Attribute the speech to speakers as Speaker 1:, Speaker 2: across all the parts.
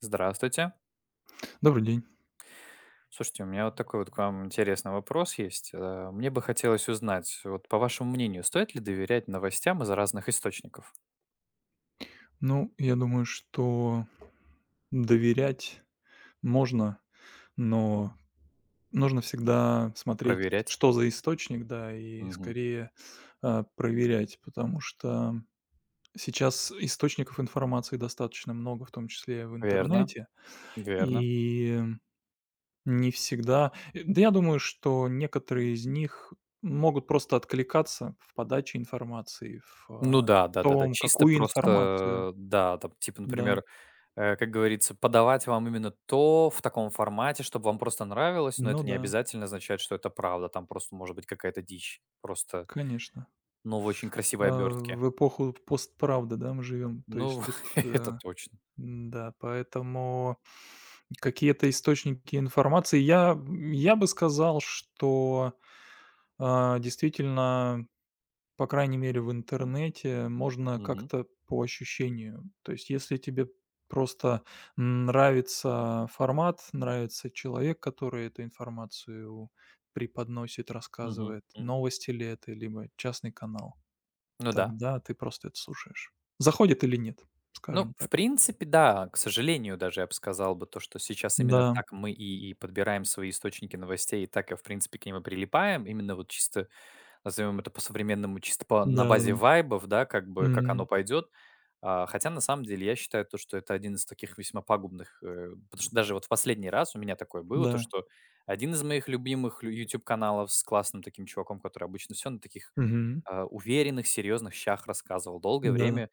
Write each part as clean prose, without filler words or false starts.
Speaker 1: Здравствуйте.
Speaker 2: Добрый день.
Speaker 1: Слушайте, у меня вот такой вот к вам интересный вопрос есть. Мне бы хотелось узнать, вот по вашему мнению, стоит ли доверять новостям из разных источников?
Speaker 2: Ну, я думаю, что доверять можно, но нужно всегда смотреть,
Speaker 1: Проверять?
Speaker 2: что за источник, да, и
Speaker 1: Мгм.
Speaker 2: скорее, проверять, потому что сейчас источников информации достаточно много, в том числе в
Speaker 1: Верно,
Speaker 2: интернете,
Speaker 1: верно.
Speaker 2: и не всегда да я думаю, что некоторые из них могут просто откликаться в подаче информации, в,
Speaker 1: Ну
Speaker 2: а,
Speaker 1: да, да, да, да.
Speaker 2: том,
Speaker 1: Чисто
Speaker 2: какую информацию.
Speaker 1: просто, да, там, типа,
Speaker 2: Да.
Speaker 1: например, как говорится, подавать вам именно то в таком формате, чтобы вам просто нравилось, но
Speaker 2: Ну
Speaker 1: это не
Speaker 2: да,
Speaker 1: обязательно означает, что это правда. Там просто может быть какая-то дичь. Просто,
Speaker 2: конечно.
Speaker 1: ну, в очень
Speaker 2: А,
Speaker 1: красивой обертке.
Speaker 2: в эпоху постправды, да, мы живем. То есть
Speaker 1: Ну,
Speaker 2: тут, э,
Speaker 1: это точно.
Speaker 2: да поэтому какие-то источники информации. Я бы сказал, что, действительно, по крайней мере, в интернете можно как-то по ощущению. То есть если тебе просто нравится формат, нравится человек, который эту информацию преподносит,
Speaker 1: Угу.
Speaker 2: рассказывает, новости ли это, либо частный канал.
Speaker 1: Ну да.
Speaker 2: Тогда ты просто это слушаешь. Заходит или нет,
Speaker 1: Ну,
Speaker 2: скажем
Speaker 1: в
Speaker 2: так.
Speaker 1: принципе, да. К сожалению, даже я бы сказал бы то, что сейчас именно
Speaker 2: Да,
Speaker 1: так мы и подбираем свои источники новостей, и так, и, в принципе, к ним и прилипаем. Именно вот чисто, назовем это по-современному, чисто по, на базе
Speaker 2: да-да-да.
Speaker 1: вайбов, да, как бы, как
Speaker 2: Мгм.
Speaker 1: оно пойдет. А, хотя, на самом деле, я считаю то, что это один из таких весьма пагубных, потому что даже вот в последний раз у меня такое было, то,
Speaker 2: Да.
Speaker 1: что один из моих любимых YouTube-каналов с классным таким чуваком, который обычно все на таких
Speaker 2: Мгм.
Speaker 1: уверенных, серьезных щах рассказывал, долгое
Speaker 2: Да-да.
Speaker 1: время.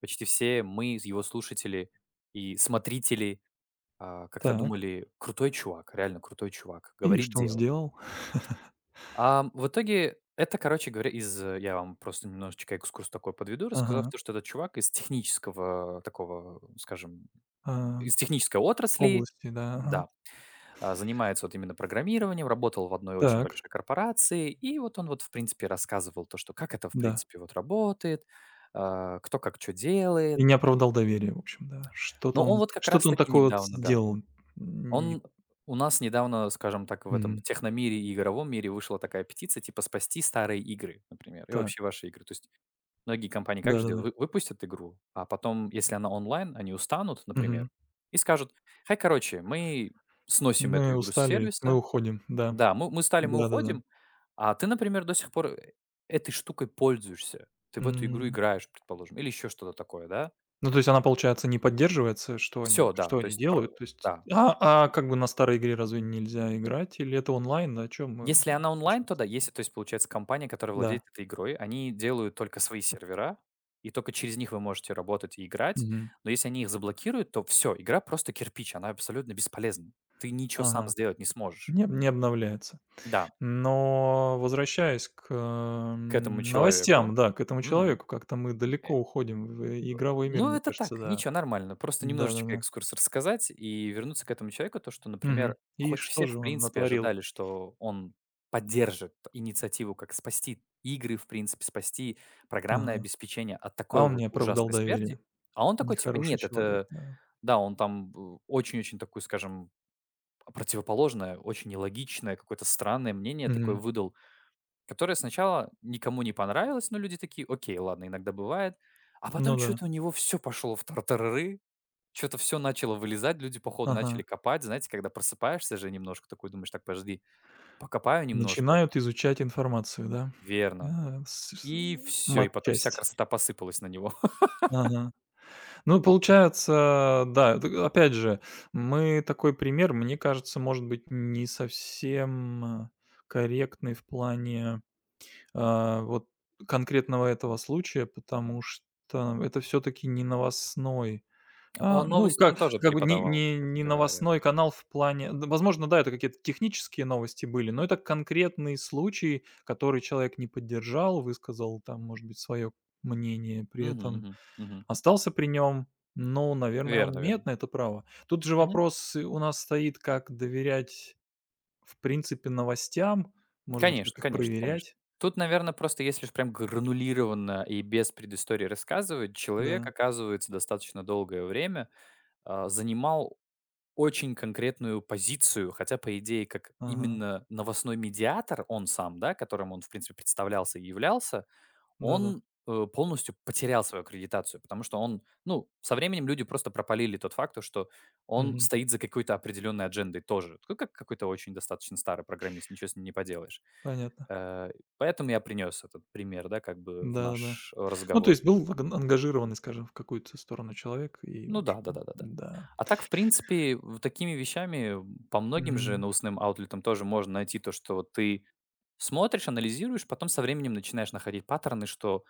Speaker 1: Почти все мы, его слушатели и смотрители, как-то
Speaker 2: Так.
Speaker 1: думали: "Крутой чувак, реально крутой чувак,
Speaker 2: И
Speaker 1: говорит
Speaker 2: что он
Speaker 1: дело".
Speaker 2: сделал?
Speaker 1: А в итоге это, короче говоря, из я вам просто немножечко экскурс такой подведу, рассказав
Speaker 2: Ага.
Speaker 1: то, что этот чувак из технического такого, э, скажем,
Speaker 2: А,
Speaker 1: из технической отрасли,
Speaker 2: области, да, ага.
Speaker 1: да, занимается вот именно программированием, работал в одной очень
Speaker 2: Так,
Speaker 1: большой корпорации. И вот он вот, в принципе, рассказывал то, что как это, в
Speaker 2: да.
Speaker 1: принципе, вот работает, кто как что
Speaker 2: И
Speaker 1: делает.
Speaker 2: не оправдал доверия, в общем, да. Что-то
Speaker 1: Но он
Speaker 2: он
Speaker 1: вот как
Speaker 2: что-то
Speaker 1: раз
Speaker 2: он
Speaker 1: таки
Speaker 2: такое вот
Speaker 1: недавно, да.
Speaker 2: сделал. Не
Speaker 1: Он у нас недавно, скажем так, в этом
Speaker 2: Мгм.
Speaker 1: техномире и игровом мире вышла такая петиция, типа спасти старые игры, например, и
Speaker 2: Так,
Speaker 1: вообще ваши игры. То есть многие компании как же
Speaker 2: да-да-да.
Speaker 1: делают? Выпустят игру, а потом, если она онлайн, они устанут, например,
Speaker 2: Мгм.
Speaker 1: и скажут, хай, короче, мы сносим эту
Speaker 2: Мы
Speaker 1: игру с
Speaker 2: устали, мы
Speaker 1: сервиса,
Speaker 2: уходим. Да.
Speaker 1: да, мы стали, мы
Speaker 2: Да-да-да.
Speaker 1: уходим, а ты, например, до сих пор этой штукой пользуешься, ты в эту игру
Speaker 2: М.
Speaker 1: играешь, предположим, или еще что-то такое, да?
Speaker 2: Ну, то есть она, получается, не поддерживается? Что они
Speaker 1: Все, да,
Speaker 2: что
Speaker 1: то
Speaker 2: они
Speaker 1: есть,
Speaker 2: делают? То есть
Speaker 1: да.
Speaker 2: как бы на старой игре разве нельзя играть? Или это онлайн? О чем мы
Speaker 1: Если она онлайн,
Speaker 2: сейчас?
Speaker 1: то да. Если, то есть, получается, компания, которая владеет
Speaker 2: Да.
Speaker 1: этой игрой, они делают только свои сервера, и только через них вы можете работать и играть.
Speaker 2: Мгм.
Speaker 1: Но если они их заблокируют, то все, игра просто кирпич, она абсолютно бесполезна. Ты ничего сам
Speaker 2: Ага.
Speaker 1: сделать не сможешь.
Speaker 2: Не обновляется.
Speaker 1: Да,
Speaker 2: Но возвращаясь к,
Speaker 1: к этому человеку.
Speaker 2: новостям, да, к этому
Speaker 1: Мгм.
Speaker 2: человеку, как-то мы далеко уходим в игровой мир,
Speaker 1: Ну,
Speaker 2: мне
Speaker 1: это
Speaker 2: кажется,
Speaker 1: так,
Speaker 2: да.
Speaker 1: ничего, нормально. Просто немножечко
Speaker 2: Да-да-да.
Speaker 1: экскурс рассказать и вернуться к этому человеку. То, что, например,
Speaker 2: Мгм. И
Speaker 1: хоть
Speaker 2: что
Speaker 1: все,
Speaker 2: же
Speaker 1: в
Speaker 2: он
Speaker 1: принципе,
Speaker 2: натворил?
Speaker 1: ожидали, что он поддержит инициативу, как спасти игры, в принципе, спасти программное
Speaker 2: Ага.
Speaker 1: обеспечение от
Speaker 2: А
Speaker 1: такой
Speaker 2: он
Speaker 1: вот
Speaker 2: не оправдал
Speaker 1: ужасной
Speaker 2: доверия.
Speaker 1: смерти. А он такой, типа,
Speaker 2: Нехороший
Speaker 1: нет,
Speaker 2: человек,
Speaker 1: это,
Speaker 2: да.
Speaker 1: да, он там очень-очень такую, скажем, противоположное, очень нелогичное, какое-то странное мнение такое
Speaker 2: Мгм.
Speaker 1: выдал, которая сначала никому не понравилась, но люди такие: "Окей, ладно, иногда бывает". А потом
Speaker 2: Ну
Speaker 1: что
Speaker 2: да.
Speaker 1: то у него все пошло в тартарары, что то все начало вылезать, люди походу
Speaker 2: Ага.
Speaker 1: начали копать. Знаете, когда просыпаешься же немножко, такой думаешь: "Так, подожди, покопаю немножко".
Speaker 2: Начинают изучать информацию, да?
Speaker 1: Верно.
Speaker 2: А, с
Speaker 1: И все, и потом вся
Speaker 2: матчасть.
Speaker 1: красота посыпалась на него.
Speaker 2: Ага. Ну, получается, да, т опять же, мы такой пример, мне кажется, может быть, не совсем, корректный в плане, вот конкретного этого случая, потому что это все таки не новостной
Speaker 1: А
Speaker 2: а, ну,
Speaker 1: новости он тоже
Speaker 2: как бы не
Speaker 1: преподавал,
Speaker 2: не
Speaker 1: кстати
Speaker 2: не
Speaker 1: говоря.
Speaker 2: новостной канал в плане д возможно, да, это какие-то технические новости были, но это конкретный случай, который человек не поддержал, высказал там, может быть, свое мнение, при
Speaker 1: Мгм,
Speaker 2: этом
Speaker 1: мгм, мгм.
Speaker 2: остался при нем. Ну, наверное, он
Speaker 1: Верно,
Speaker 2: имеет
Speaker 1: верно.
Speaker 2: на это право. Тут же вопрос и у нас стоит, как доверять, в принципе, новостям, может быть, как
Speaker 1: Конечно,
Speaker 2: их
Speaker 1: конечно, конечно.
Speaker 2: проверять.
Speaker 1: Тут, наверное, просто если уж прям гранулированно и без предыстории рассказывать, человек,
Speaker 2: Да,
Speaker 1: оказывается, достаточно долгое время, занимал очень конкретную позицию, хотя, по идее, как
Speaker 2: ага,
Speaker 1: именно новостной медиатор он сам, да, которым он, в принципе, представлялся и являлся,
Speaker 2: да-да,
Speaker 1: он, полностью потерял свою аккредитацию, потому что он, ну, со временем люди просто пропалили тот факт, то что он
Speaker 2: мгм,
Speaker 1: стоит за какой-то определенной аджендой тоже. Ну, как какой-то очень достаточно старый программист, ничего с ним не поделаешь.
Speaker 2: понятно.
Speaker 1: Э, поэтому я принес этот пример, да, как бы в
Speaker 2: Да-да-да.
Speaker 1: наш
Speaker 2: Ну, то
Speaker 1: разговор.
Speaker 2: есть был аг ангажированный, скажем, в какую-то сторону человек и, в
Speaker 1: Ну да,
Speaker 2: общем,
Speaker 1: да-да-да-да.
Speaker 2: да.
Speaker 1: А так, в принципе, в такими вещами, по многим же
Speaker 2: Мгм.
Speaker 1: новостным аутлетам тоже можно найти то, что вот ты смотришь, анализируешь, потом со временем начинаешь находить паттерны, что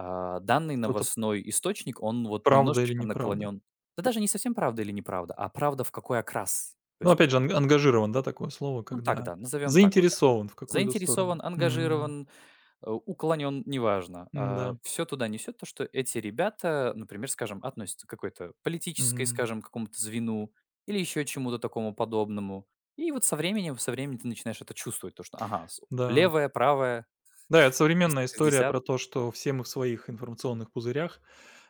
Speaker 1: а, данный
Speaker 2: Что-то
Speaker 1: новостной источник, он вот
Speaker 2: правда или
Speaker 1: немножечко
Speaker 2: неправда.
Speaker 1: наклонен. Да даже не совсем правда или неправда, а правда в какой окрас. То
Speaker 2: Ну,
Speaker 1: есть,
Speaker 2: опять же, ан ангажирован, да, такое слово,
Speaker 1: ну так,
Speaker 2: когда
Speaker 1: да, назовем так вот.
Speaker 2: заинтересован в какую-то сторону.
Speaker 1: Заинтересован,
Speaker 2: Мгм.
Speaker 1: ангажирован, уклонен, неважно.
Speaker 2: Да.
Speaker 1: Все туда несет то, что эти ребята, например, скажем, относятся к какой-то политической,
Speaker 2: Мгм.
Speaker 1: скажем, какому-то звену или еще чему-то такому подобному. И вот со временем ты начинаешь это чувствовать, то, что, ага,
Speaker 2: Да.
Speaker 1: левая, правая,
Speaker 2: Да, это современная история
Speaker 1: 360.
Speaker 2: про то, что все мы в своих информационных пузырях.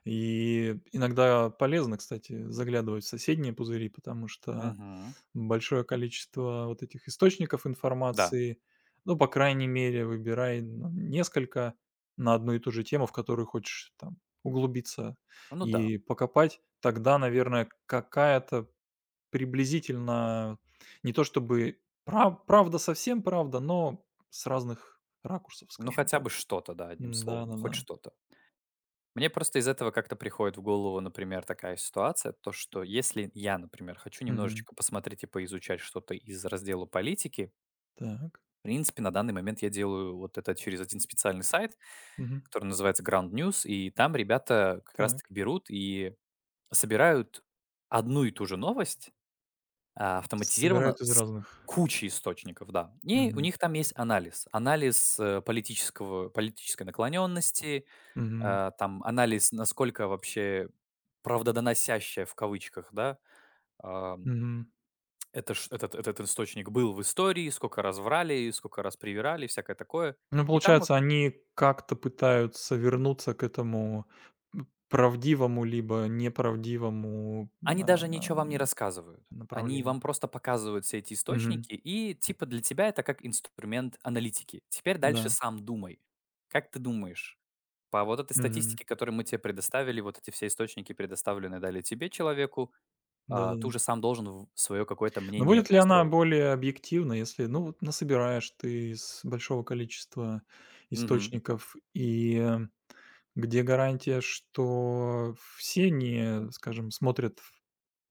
Speaker 2: И иногда полезно, кстати, заглядывать в соседние пузыри, потому что
Speaker 1: Мгм.
Speaker 2: большое количество вот этих источников
Speaker 1: Да,
Speaker 2: информации. Ну, по крайней мере, выбирай, ну, несколько на одну и ту же тему, в которую хочешь там углубиться
Speaker 1: ну да.
Speaker 2: и покопать. Тогда, наверное, какая-то приблизительно не то чтобы правда, совсем правда, но с разных ракурсов,
Speaker 1: Ну,
Speaker 2: скажем
Speaker 1: хотя
Speaker 2: так.
Speaker 1: бы что-то, да, одним
Speaker 2: Да,
Speaker 1: словом,
Speaker 2: да,
Speaker 1: хоть
Speaker 2: да.
Speaker 1: что-то. Мне просто из этого как-то приходит в голову, например, такая ситуация, то, что если я, например, хочу
Speaker 2: Мгм.
Speaker 1: немножечко посмотреть и поизучать что-то из раздела политики,
Speaker 2: Так.
Speaker 1: в принципе, на данный момент я делаю вот это через один специальный сайт,
Speaker 2: Мгм.
Speaker 1: который называется Ground News, и там ребята как
Speaker 2: Так.
Speaker 1: раз-таки берут и собирают одну и ту же новость, автоматизированно
Speaker 2: Собирают из
Speaker 1: с
Speaker 2: разных.
Speaker 1: кучей источников, да. И у
Speaker 2: Мгм.
Speaker 1: них там есть анализ. Анализ политического, политической наклоненности.
Speaker 2: Мгм.
Speaker 1: Там анализ, насколько вообще "правдоносящая" в кавычках, да, ам,
Speaker 2: Мгм.
Speaker 1: это ш этот источник был в истории, сколько раз врали, сколько раз привирали, всякое такое.
Speaker 2: Ну,
Speaker 1: И там
Speaker 2: получается,
Speaker 1: уже
Speaker 2: они как-то пытаются вернуться к этому, правдивому либо неправдивому,
Speaker 1: они даже ничего
Speaker 2: а,
Speaker 1: вам не рассказывают. Они
Speaker 2: направлению.
Speaker 1: вам просто показывают все эти
Speaker 2: Мгм.
Speaker 1: источники, и типа для тебя это как инструмент аналитики. Теперь дальше
Speaker 2: Да.
Speaker 1: сам думай. Как ты думаешь, по вот этой
Speaker 2: Мгм.
Speaker 1: статистике, которую мы тебе предоставили, вот эти все источники предоставленные дали тебе, человеку, ты
Speaker 2: Да-да-да.
Speaker 1: уже сам должен свое какое-то
Speaker 2: Но
Speaker 1: мнение
Speaker 2: будет ли она
Speaker 1: построить.
Speaker 2: более объективна, если, ну, вот насобираешь ты из большого количества
Speaker 1: Мгм.
Speaker 2: источников, и, где гарантия, что все не, скажем, смотрят в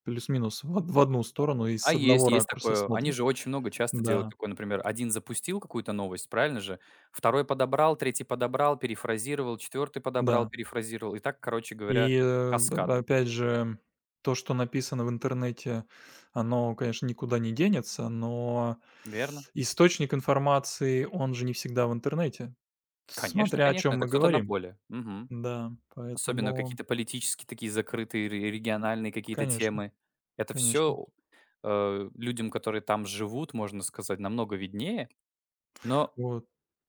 Speaker 2: плюс-минус в од в одну сторону и
Speaker 1: А
Speaker 2: с
Speaker 1: есть,
Speaker 2: одного
Speaker 1: есть
Speaker 2: ракурса
Speaker 1: такое. Они
Speaker 2: смотрят?
Speaker 1: же очень много часто делают
Speaker 2: Да,
Speaker 1: такое, например, один запустил какую-то новость, правильно же? Второй подобрал, третий подобрал, перефразировал, четвертый подобрал,
Speaker 2: да.
Speaker 1: перефразировал. И так, короче говоря,
Speaker 2: И,
Speaker 1: каскад.
Speaker 2: да, опять же, то, что написано в интернете, оно, конечно, никуда не денется, но
Speaker 1: Верно?
Speaker 2: источник информации, он же не всегда в интернете,
Speaker 1: Конечно,
Speaker 2: смотря о
Speaker 1: конечно,
Speaker 2: чем
Speaker 1: это
Speaker 2: мы
Speaker 1: кто-то на
Speaker 2: говорим.
Speaker 1: поле. Мгм.
Speaker 2: Да,
Speaker 1: Особенно
Speaker 2: поэтому,
Speaker 1: какие-то политические такие закрытые, региональные какие-то
Speaker 2: конечно,
Speaker 1: темы. Это
Speaker 2: конечно.
Speaker 1: все людям, которые там живут, можно сказать, намного виднее. Но
Speaker 2: Вот.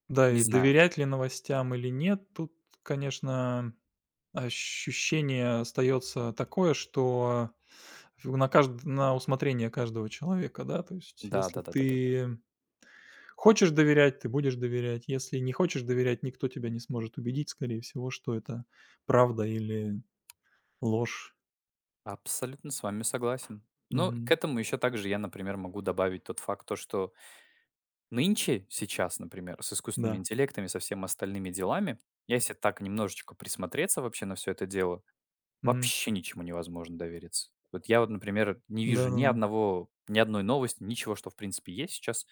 Speaker 2: Да,
Speaker 1: не
Speaker 2: и
Speaker 1: знаю.
Speaker 2: доверять ли новостям или нет, тут, конечно, ощущение остается такое, что на усмотрение каждого человека, да. То есть,
Speaker 1: Да,
Speaker 2: если
Speaker 1: да, да, да, да, да.
Speaker 2: ты хочешь доверять — ты будешь доверять. Если не хочешь доверять, никто тебя не сможет убедить, скорее всего, что это правда или ложь.
Speaker 1: Абсолютно с вами согласен. Но к
Speaker 2: Мгм.
Speaker 1: этому еще также я, например, могу добавить тот факт, то, что нынче, сейчас, например, с искусственными
Speaker 2: Да.
Speaker 1: интеллектами, со всеми остальными делами, если так немножечко присмотреться вообще на все это дело,
Speaker 2: Мгм.
Speaker 1: вообще ничему невозможно довериться. Вот я вот, например, не вижу ни
Speaker 2: Да-да-да.
Speaker 1: одного, ни одной новости, ничего, что в принципе есть сейчас,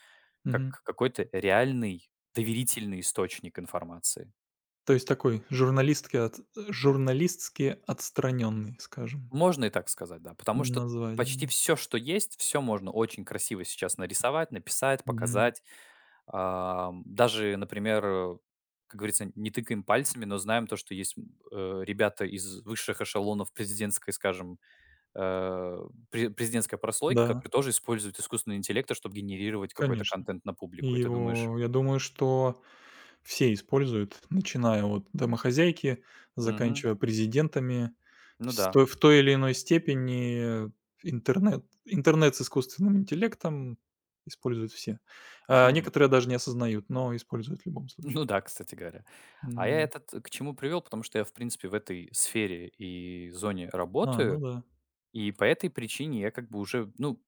Speaker 1: как
Speaker 2: Мгм.
Speaker 1: какой-то реальный доверительный источник информации.
Speaker 2: То есть такой журналистки от журналистски отстранённый, скажем,
Speaker 1: Можно и так сказать, да. Потому что
Speaker 2: назвать, да.
Speaker 1: почти все, что есть, все можно очень красиво сейчас нарисовать, написать,
Speaker 2: Мгм.
Speaker 1: показать. Даже, например, как говорится, не тыкаем пальцами, но знаем то, что есть, ребята из высших эшелонов президентской, скажем, э, президентской прослойки,
Speaker 2: Да,
Speaker 1: которые тоже используют искусственный интеллект, чтобы генерировать какой-то
Speaker 2: конечно.
Speaker 1: контент на
Speaker 2: И
Speaker 1: публику. И ты думаешь:
Speaker 2: его, я думаю, что все используют, начиная от домохозяйки,
Speaker 1: "Мгм,
Speaker 2: заканчивая президентами.
Speaker 1: ну
Speaker 2: С
Speaker 1: да,
Speaker 2: той В той или иной степени интернет с искусственным интеллектом используют все. А
Speaker 1: мгм".
Speaker 2: некоторые даже не осознают, но используют в любом случае.
Speaker 1: Ну да, кстати говоря. А я
Speaker 2: М.
Speaker 1: этот к чему привел, потому что я, в принципе, в этой сфере и зоне
Speaker 2: Ну
Speaker 1: работаю,
Speaker 2: да.
Speaker 1: и по этой причине я как бы уже, ну,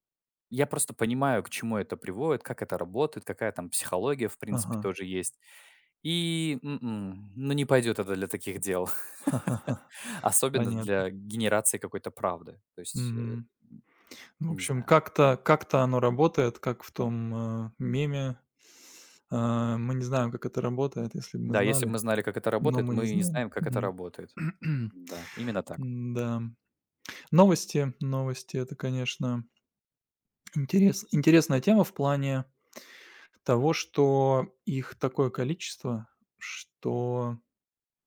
Speaker 1: я просто понимаю, к чему это приводит, как это работает, какая там психология, в принципе,
Speaker 2: Ага.
Speaker 1: тоже есть. И, ну, не пойдет это для таких дел. Особенно
Speaker 2: Понятно.
Speaker 1: для генерации какой-то правды. То есть,
Speaker 2: В
Speaker 1: не
Speaker 2: общем,
Speaker 1: знаю.
Speaker 2: как-то оно работает, как в том, меме. Мы не знаем, как это работает, если бы мы
Speaker 1: Да, если бы
Speaker 2: знали,
Speaker 1: мы знали, как это
Speaker 2: но
Speaker 1: работает,
Speaker 2: мы не
Speaker 1: мы не
Speaker 2: знаем.
Speaker 1: знаем, как это
Speaker 2: Мгм.
Speaker 1: работает. Да, именно так.
Speaker 2: Да. Это, конечно, интересная тема в плане того, что их такое количество, что,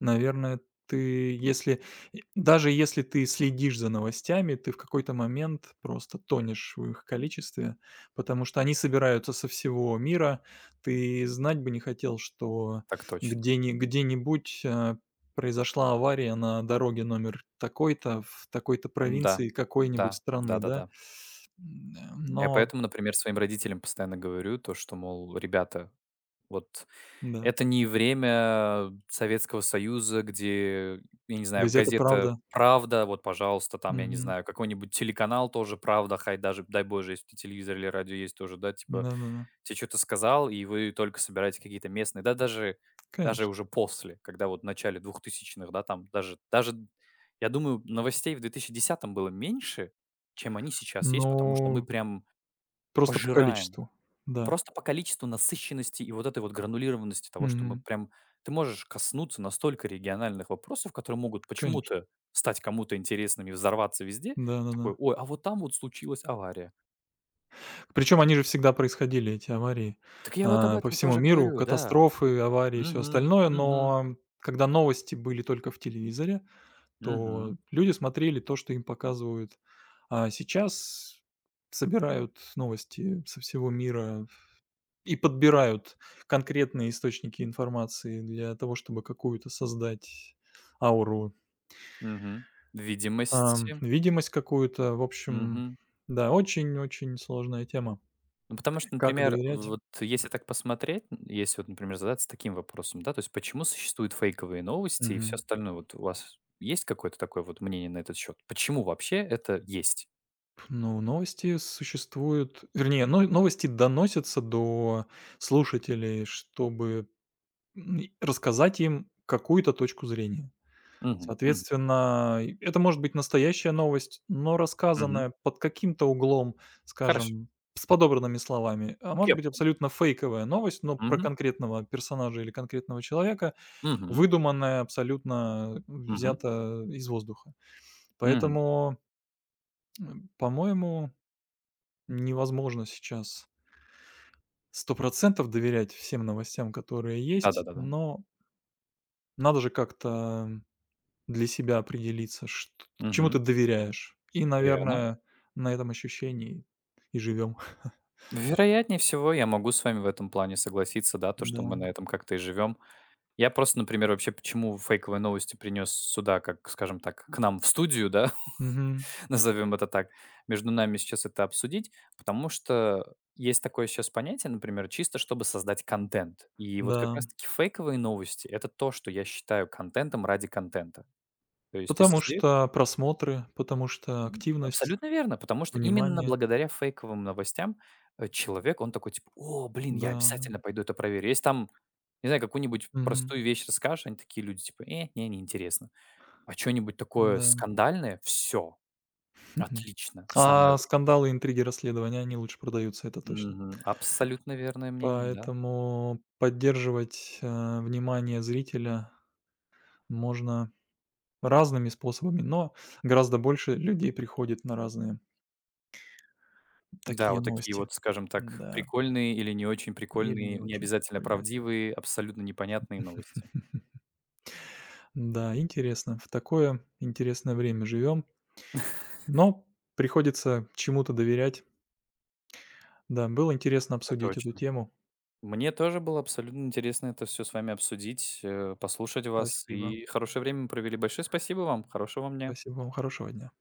Speaker 2: наверное, ты, если и даже если ты следишь за новостями, ты в какой-то момент просто тонешь в их количестве, потому что они собираются со всего мира. Ты знать бы не хотел, что
Speaker 1: Так точно.
Speaker 2: где ни где-нибудь, произошла авария на дороге номер такой-то в такой-то
Speaker 1: Да,
Speaker 2: провинции
Speaker 1: да,
Speaker 2: какой-нибудь страны, да.
Speaker 1: да-да-да.
Speaker 2: М, а,
Speaker 1: Я
Speaker 2: но
Speaker 1: поэтому, например, своим родителям постоянно говорю то, что, мол, ребята, вот
Speaker 2: да,
Speaker 1: это не время Советского Союза, где, я не знаю,
Speaker 2: газета
Speaker 1: газета
Speaker 2: «Правда».
Speaker 1: "Правда", вот, пожалуйста, там, я не
Speaker 2: Мгм.
Speaker 1: знаю, какой-нибудь телеканал тоже "Правда", хай даже, дай боже, если у тебя телевизор или радио есть тоже, да, типа,
Speaker 2: Да-да-да,
Speaker 1: те что то сказал, и вы только собираете какие-то местные, да даже даже
Speaker 2: конечно.
Speaker 1: уже после, когда вот в начале двухтысячных, да, там даже, я думаю, новостей в 2010 было меньше, чем они сейчас есть, потому что мы
Speaker 2: Ну,
Speaker 1: прям
Speaker 2: просто по
Speaker 1: пожираем.
Speaker 2: количеству. Да.
Speaker 1: Просто по количеству насыщенности и вот этой вот гранулированности того, что мы
Speaker 2: Мгм.
Speaker 1: прям ты можешь коснуться настолько региональных вопросов, которые могут
Speaker 2: Конечно,
Speaker 1: почему-то стать кому-то интересными, взорваться везде.
Speaker 2: да-да-да.
Speaker 1: Такой: "Ой, а вот там вот случилась авария".
Speaker 2: Причем они же всегда происходили, эти аварии,
Speaker 1: Так я вот об
Speaker 2: по
Speaker 1: этом
Speaker 2: всему
Speaker 1: тоже
Speaker 2: миру,
Speaker 1: говорю, да.
Speaker 2: катастрофы, аварии и все
Speaker 1: Мгм,
Speaker 2: остальное.
Speaker 1: мгм,
Speaker 2: Но когда новости были только в телевизоре, то
Speaker 1: мгм,
Speaker 2: люди смотрели то, что им показывают. А сейчас собирают новости со всего мира и подбирают конкретные источники информации для того, чтобы какую-то создать ауру,
Speaker 1: мгм. Видимости.
Speaker 2: видимость какую-то. В общем, да, очень-очень сложная тема.
Speaker 1: Ну, потому что,
Speaker 2: Как
Speaker 1: например,
Speaker 2: доверять?
Speaker 1: вот если так посмотреть, н если вот, например, задаться таким вопросом, да, то есть почему существуют фейковые новости и все
Speaker 2: Мгм.
Speaker 1: остальное? Вот у вас есть какое-то такое вот мнение на этот счет? Почему вообще это есть?
Speaker 2: Ну, новости существуют, вернее, но новости доносятся до слушателей, чтобы рассказать им какую-то точку зрения.
Speaker 1: Мгм, мгм,
Speaker 2: Соответственно, и это может быть настоящая новость, но
Speaker 1: мгм.
Speaker 2: рассказанная под каким-то углом,
Speaker 1: Хорошо,
Speaker 2: скажем, с подобранными словами. А может
Speaker 1: я
Speaker 2: быть
Speaker 1: понял.
Speaker 2: абсолютно фейковая новость, но про
Speaker 1: Мгм,
Speaker 2: конкретного персонажа или конкретного человека,
Speaker 1: мгм,
Speaker 2: выдуманная, абсолютно
Speaker 1: мгм,
Speaker 2: взята из воздуха.
Speaker 1: мгм.
Speaker 2: Поэтому, по-моему, невозможно сейчас 100% доверять всем новостям, которые есть,
Speaker 1: Да-да-да-да.
Speaker 2: но надо же как-то для себя определиться, что чему ты
Speaker 1: Мгм.
Speaker 2: доверяешь. И,
Speaker 1: Верно.
Speaker 2: наверное, на этом ощущении и живем.
Speaker 1: Вероятнее всего, я могу с вами в этом плане согласиться, да, то, что
Speaker 2: Да.
Speaker 1: мы на этом как-то и живем. Я просто, например, вообще почему фейковые новости принес сюда, как, скажем так, к нам в студию, да?
Speaker 2: Мгм.
Speaker 1: назовем это так, между нами сейчас это обсудить, потому что есть такое сейчас понятие, например, чисто чтобы создать контент. И вот как
Speaker 2: Да.
Speaker 1: раз-таки фейковые новости– это то, что я считаю контентом ради контента. То есть ты
Speaker 2: Потому
Speaker 1: создаешь…
Speaker 2: что просмотры, потому что активность,
Speaker 1: Абсолютно верно, потому что именно
Speaker 2: внимание.
Speaker 1: благодаря фейковым новостям человек, он такой типа, о, блин, я
Speaker 2: Да, да.
Speaker 1: обязательно пойду это проверю. Если там, не знаю, какую-нибудь
Speaker 2: Мгм.
Speaker 1: простую вещь расскажешь, они такие люди типа, не, неинтересно. А что-нибудь такое
Speaker 2: Да.
Speaker 1: скандальное, все, отлично, самое
Speaker 2: А
Speaker 1: время.
Speaker 2: скандалы, интриги, расследования — они лучше продаются, это точно.
Speaker 1: Мгм. Абсолютно верное мнение, да.
Speaker 2: Поэтому поддерживать, внимание зрителя можно разными способами, но гораздо больше людей приходит на разные
Speaker 1: Да,
Speaker 2: такие
Speaker 1: вот такие
Speaker 2: новости.
Speaker 1: вот, скажем так,
Speaker 2: Да,
Speaker 1: прикольные или не очень
Speaker 2: или не
Speaker 1: прикольные, не
Speaker 2: очень
Speaker 1: обязательно
Speaker 2: прикольные.
Speaker 1: правдивые, абсолютно непонятные новости.
Speaker 2: Да, интересно. В такое интересное время живем, но приходится чему-то доверять. Да, было интересно
Speaker 1: Это
Speaker 2: обсудить эту
Speaker 1: точно.
Speaker 2: тему.
Speaker 1: Мне тоже было абсолютно интересно это все с вами обсудить, послушать вас.
Speaker 2: Спасибо.
Speaker 1: И хорошее время мы провели. Большое спасибо вам. Хорошего вам дня.
Speaker 2: Спасибо вам. Хорошего дня.